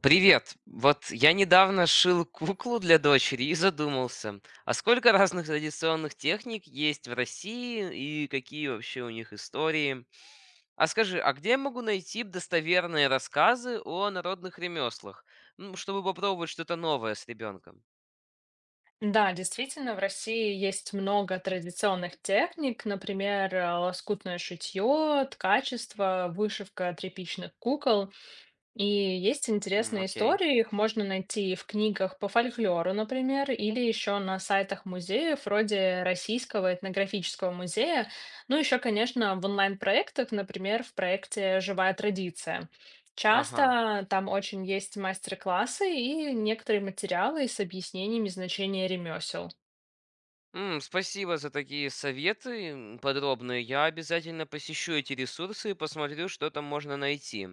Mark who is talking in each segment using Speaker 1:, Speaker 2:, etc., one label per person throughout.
Speaker 1: Привет. Вот я недавно шил куклу для дочери и задумался, а сколько разных традиционных техник есть в России и какие вообще у них истории? А скажи, а где я могу найти достоверные рассказы о народных ремеслах, ну, чтобы попробовать что-то новое с ребенком?
Speaker 2: Да, действительно, в России есть много традиционных техник, например, лоскутное шитье, ткачество, вышивка тряпичных кукол. И есть
Speaker 1: М,
Speaker 2: интересные
Speaker 1: окей.
Speaker 2: истории, их можно найти в книгах по фольклору, например, или еще на сайтах музеев, вроде Российского этнографического музея, ну еще, конечно, в онлайн-проектах, например, в проекте «Живая традиция».
Speaker 1: Ага.
Speaker 2: Часто там очень есть мастер-классы и некоторые материалы с объяснениями значения ремесел.
Speaker 1: Спасибо за такие советы подробные. Я обязательно посещу эти ресурсы и посмотрю, что там можно найти.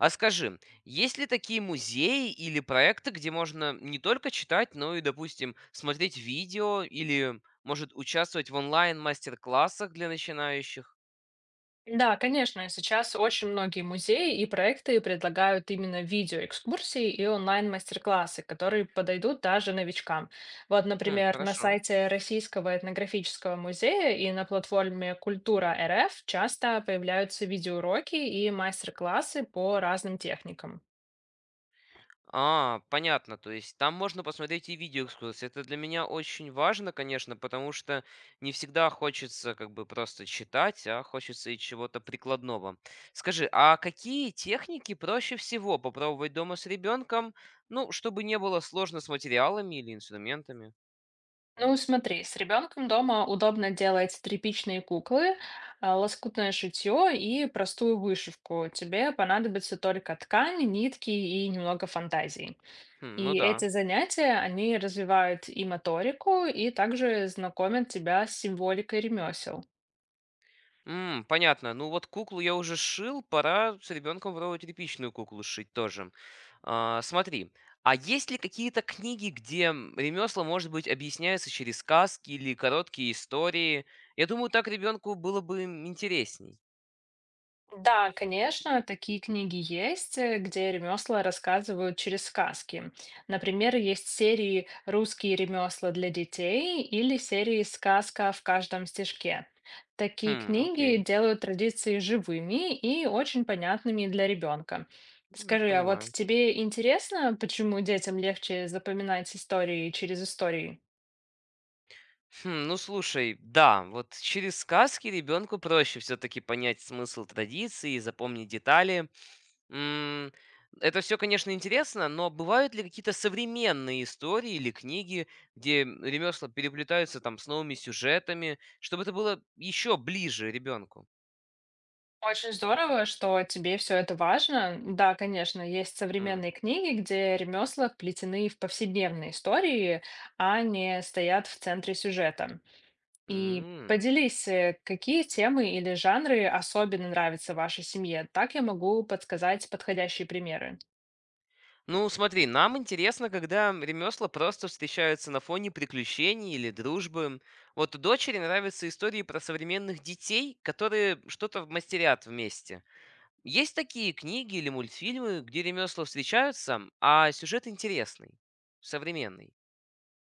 Speaker 1: А скажи, есть ли такие музеи или проекты, где можно не только читать, но и, допустим, смотреть видео или, может, участвовать в онлайн-мастер-классах для начинающих?
Speaker 2: Да, конечно, и сейчас очень многие музеи и проекты предлагают именно видеоэкскурсии и онлайн-мастер-классы, которые подойдут даже новичкам. Вот,
Speaker 1: Хм,
Speaker 2: например, на
Speaker 1: хорошо.
Speaker 2: сайте Российского этнографического музея и на платформе Культура РФ часто появляются видеоуроки и мастер-классы по разным техникам.
Speaker 1: А, понятно. То есть там можно посмотреть и видеоэкскурсии. Это для меня очень важно, конечно, потому что не всегда хочется как бы просто читать, а хочется и чего-то прикладного. Скажи, а какие техники проще всего попробовать дома с ребенком, ну, чтобы не было сложно с материалами или инструментами?
Speaker 2: Ну, смотри, с ребенком дома удобно делать тряпичные куклы, а, лоскутное шитье и простую вышивку. Тебе понадобится только ткань, нитки и немного фантазии.
Speaker 1: Хм, ну
Speaker 2: И
Speaker 1: да.
Speaker 2: эти занятия, они развивают и моторику, и также знакомят тебя с символикой ремесел.
Speaker 1: М, понятно. Ну вот куклу я уже шил, пора с ребенком пробовать тряпичную куклу шить тоже. А, смотри, а есть ли какие-то книги, где ремесла, может быть, объясняются через сказки или короткие истории? Я думаю, так ребенку было бы интересней.
Speaker 2: Да, конечно, такие книги есть, где ремесла рассказывают через сказки. Например, есть серии «Русские ремесла для детей» или серии «Сказка в каждом стишке». Такие
Speaker 1: Хм,
Speaker 2: книги
Speaker 1: окей.
Speaker 2: делают традиции живыми и очень понятными для ребенка.
Speaker 1: М,
Speaker 2: Скажи, а вот
Speaker 1: понимаю.
Speaker 2: тебе интересно, почему детям легче запоминать истории через истории?
Speaker 1: Хм, ну слушай, да, вот через сказки ребенку проще все-таки понять смысл традиции запомнить детали. М, это все, конечно, интересно, но бывают ли какие-то современные истории или книги, где ремёсла переплетаются там с новыми сюжетами, чтобы это было еще ближе ребенку?
Speaker 2: Очень здорово, что тебе все это важно. Да, конечно, есть
Speaker 1: М,
Speaker 2: современные книги, где ремесла вплетены в повседневные истории, а не стоят в центре сюжета. И
Speaker 1: м.
Speaker 2: поделись, какие темы или жанры особенно нравятся вашей семье. Так я могу подсказать подходящие примеры.
Speaker 1: Ну, смотри, нам интересно, когда ремесла просто встречаются на фоне приключений или дружбы. Вот дочери нравятся истории про современных детей, которые что-то мастерят вместе. Есть такие книги или мультфильмы, где ремесла встречаются, а сюжет интересный, современный.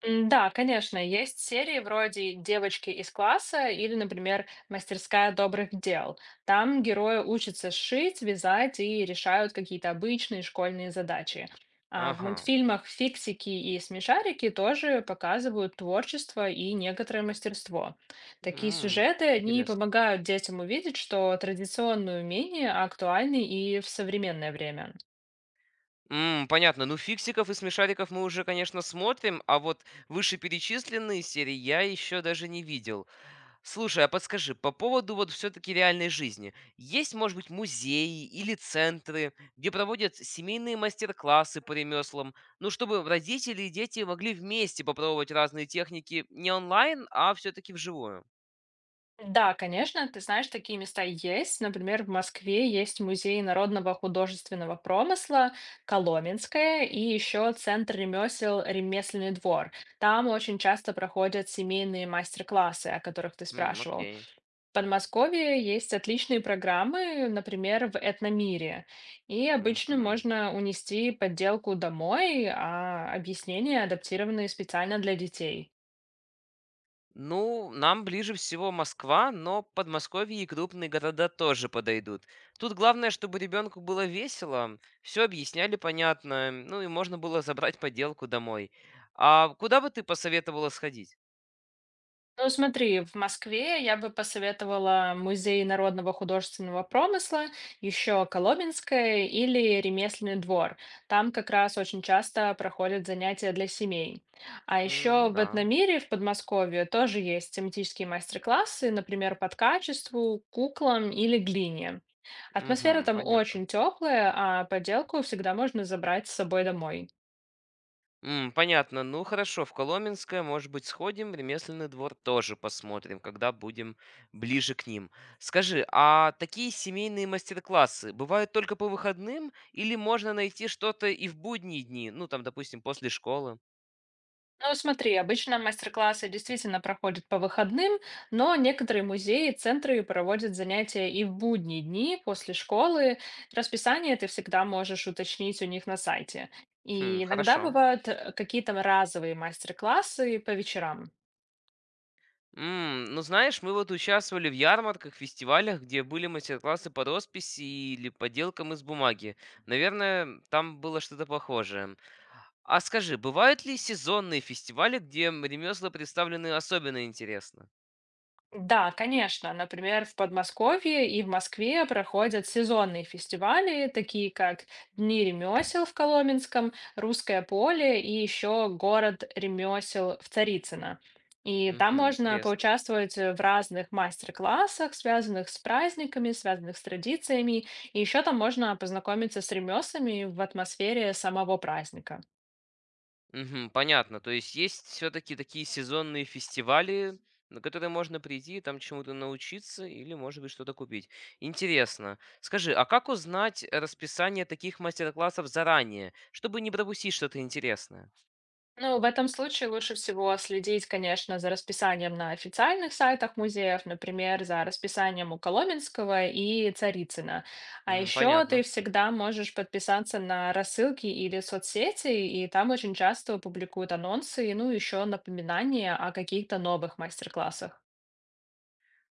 Speaker 2: М, да, конечно, есть серии вроде «Девочки из класса» или, например, «Мастерская добрых дел». Там герои учатся шить, вязать и решают какие-то обычные школьные задачи. А в
Speaker 1: Ага.
Speaker 2: мультфильмах «Фиксики» и «Смешарики» тоже показывают творчество и некоторое мастерство. Такие
Speaker 1: М,
Speaker 2: сюжеты, они
Speaker 1: интересно.
Speaker 2: помогают детям увидеть, что традиционные умения актуальны и в современное время.
Speaker 1: М, понятно. Ну, фиксиков и смешариков мы уже, конечно, смотрим, а вот вышеперечисленные серии я еще даже не видел. Слушай, а подскажи, по поводу вот все-таки реальной жизни. Есть, может быть, музеи или центры, где проводят семейные мастер-классы по ремеслам, ну, чтобы родители и дети могли вместе попробовать разные техники не онлайн, а все-таки вживую?
Speaker 2: Да, конечно, ты знаешь, такие места есть. Например, в Москве есть Музей народного художественного промысла Коломенское и еще Центр ремесел «Ремесленный двор». Там очень часто проходят семейные мастер-классы, о которых ты
Speaker 1: М,
Speaker 2: спрашивал.
Speaker 1: окей.
Speaker 2: В Подмосковье есть отличные программы, например, в «Этномире». И обычно
Speaker 1: Мгм.
Speaker 2: можно унести подделку домой, а объяснения адаптированы специально для детей.
Speaker 1: Ну, нам ближе всего Москва, но Подмосковье и крупные города тоже подойдут. Тут главное, чтобы ребенку было весело, все объясняли понятно, ну и можно было забрать поделку домой. А куда бы ты посоветовала сходить?
Speaker 2: Ну, смотри, в Москве я бы посоветовала Музей народного художественного промысла, еще Коломенское или Ремесленный двор. Там как раз очень часто проходят занятия для семей. А
Speaker 1: М,
Speaker 2: еще
Speaker 1: ну
Speaker 2: в
Speaker 1: да.
Speaker 2: Этномире в Подмосковье тоже есть тематические мастер-классы, например, по ткачеству, куклам или глине. Атмосфера
Speaker 1: Угу,
Speaker 2: там
Speaker 1: понятно.
Speaker 2: очень теплая, а поделку всегда можно забрать с собой домой.
Speaker 1: М, понятно. Ну хорошо, в Коломенское, может быть, сходим, в ремесленный двор тоже посмотрим, когда будем ближе к ним. Скажи, а такие семейные мастер-классы бывают только по выходным или можно найти что-то и в будние дни? Ну, там, допустим, после школы.
Speaker 2: Ну, смотри, обычно мастер-классы действительно проходят по выходным, но некоторые музеи и центры проводят занятия и в будние дни после школы. Расписание ты всегда можешь уточнить у них на сайте.
Speaker 1: Хм,
Speaker 2: И иногда
Speaker 1: хорошо.
Speaker 2: бывают какие-то разовые мастер-классы по вечерам.
Speaker 1: М, ну, знаешь, мы вот участвовали в ярмарках, фестивалях, где были мастер-классы по росписи или поделкам из бумаги. Наверное, там было что-то похожее. А скажи, бывают ли сезонные фестивали, где ремесла представлены особенно интересно?
Speaker 2: Да, конечно. Например, в Подмосковье и в Москве проходят сезонные фестивали, такие как Дни ремесел в Коломенском, Русское поле и еще город ремесел в Царицыно. И там
Speaker 1: Мгм,
Speaker 2: можно
Speaker 1: интересно.
Speaker 2: поучаствовать в разных мастер-классах, связанных с праздниками, связанных с традициями. И еще там можно познакомиться с ремеслами в атмосфере самого праздника.
Speaker 1: Мгм, понятно. То есть есть все-таки такие сезонные фестивали, на которые можно прийти там чему-то научиться или, может быть, что-то купить. Интересно. Скажи, а как узнать расписание таких мастер-классов заранее, чтобы не пропустить что-то интересное?
Speaker 2: Ну, в этом случае лучше всего следить, конечно, за расписанием на официальных сайтах музеев, например, за расписанием у Коломенского и Царицына. А
Speaker 1: М,
Speaker 2: еще ты
Speaker 1: понятно.
Speaker 2: всегда можешь подписаться на рассылки или соцсети, и там очень часто публикуют анонсы, и, ну, еще напоминания о каких-то новых мастер-классах.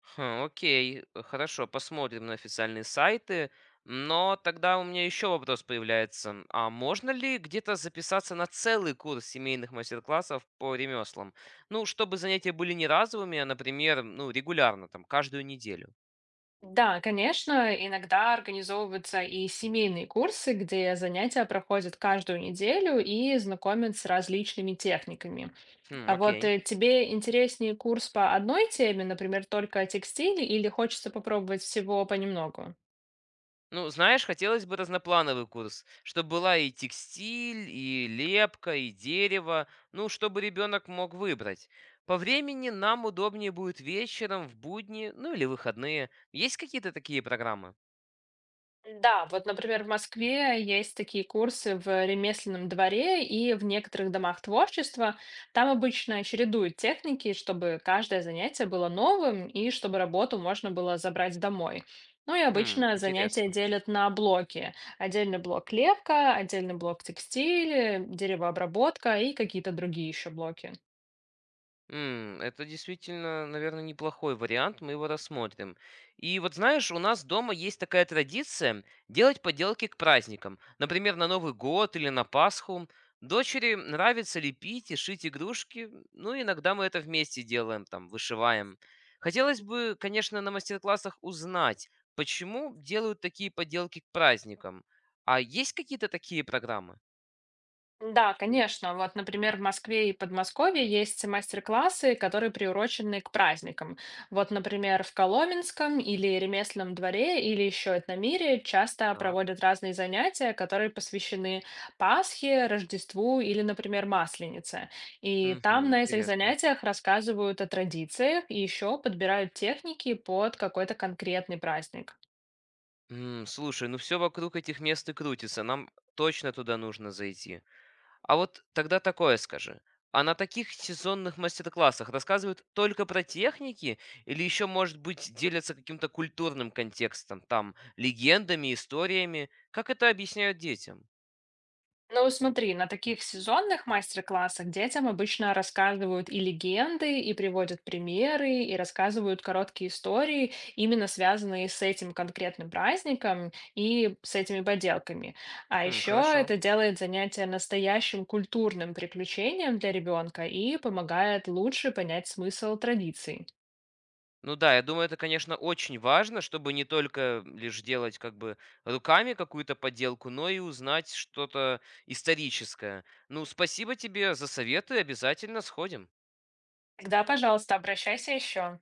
Speaker 1: Хм, окей, хорошо, посмотрим на официальные сайты. Но тогда у меня еще вопрос появляется. А можно ли где-то записаться на целый курс семейных мастер-классов по ремеслам? Ну, чтобы занятия были не разовыми, а, например, ну, регулярно, там, каждую неделю.
Speaker 2: Да, конечно, иногда организовываются и семейные курсы, где занятия проходят каждую неделю и знакомят с различными техниками.
Speaker 1: Хм,
Speaker 2: А вот
Speaker 1: окей.
Speaker 2: тебе интереснее курс по одной теме, например, только о текстиле, или хочется попробовать всего понемногу?
Speaker 1: Ну, знаешь, хотелось бы разноплановый курс, чтобы была и текстиль, и лепка, и дерево, ну, чтобы ребенок мог выбрать. По времени нам удобнее будет вечером, в будни, ну или выходные. Есть какие-то такие программы?
Speaker 2: Да, вот, например, в Москве есть такие курсы в ремесленном дворе и в некоторых домах творчества. Там обычно чередуют техники, чтобы каждое занятие было новым и чтобы работу можно было забрать домой. Ну и
Speaker 1: Хм,
Speaker 2: обычно занятия
Speaker 1: интересно.
Speaker 2: делят на блоки. Отдельный блок лепка, отдельный блок текстиль, деревообработка и какие-то другие еще блоки.
Speaker 1: Это действительно, наверное, неплохой вариант, мы его рассмотрим. И вот знаешь, у нас дома есть такая традиция делать поделки к праздникам. Например, на Новый год или на Пасху. Дочери нравится лепить и шить игрушки, ну иногда мы это вместе делаем, там, вышиваем. Хотелось бы, конечно, на мастер-классах узнать, почему делают такие поделки к праздникам. А есть какие-то такие программы?
Speaker 2: Да, конечно. Вот, например, в Москве и Подмосковье есть мастер-классы, которые приурочены к праздникам. Вот, например, в Коломенском или Ремесленном дворе или еще Этномире часто
Speaker 1: Так.
Speaker 2: проводят разные занятия, которые посвящены Пасхе, Рождеству или, например, Масленице. И
Speaker 1: Угу,
Speaker 2: там на этих
Speaker 1: интересно.
Speaker 2: занятиях рассказывают о традициях и еще подбирают техники под какой-то конкретный праздник.
Speaker 1: Слушай, ну все вокруг этих мест и крутится, нам точно туда нужно зайти. А вот тогда такое скажи. А на таких сезонных мастер-классах рассказывают только про техники или еще, может быть, делятся каким-то культурным контекстом, там, легендами, историями? Как это объясняют детям?
Speaker 2: Ну, вот смотри, на таких сезонных мастер-классах детям обычно рассказывают и легенды, и приводят примеры, и рассказывают короткие истории, именно связанные с этим конкретным праздником и с этими поделками. А
Speaker 1: Хм,
Speaker 2: еще
Speaker 1: хорошо.
Speaker 2: это делает занятие настоящим культурным приключением для ребенка и помогает лучше понять смысл традиций.
Speaker 1: Ну да, я думаю, это, конечно, очень важно, чтобы не только лишь делать как бы руками какую-то подделку, но и узнать что-то историческое. Ну, спасибо тебе за советы, обязательно сходим.
Speaker 2: Тогда, пожалуйста, обращайся еще.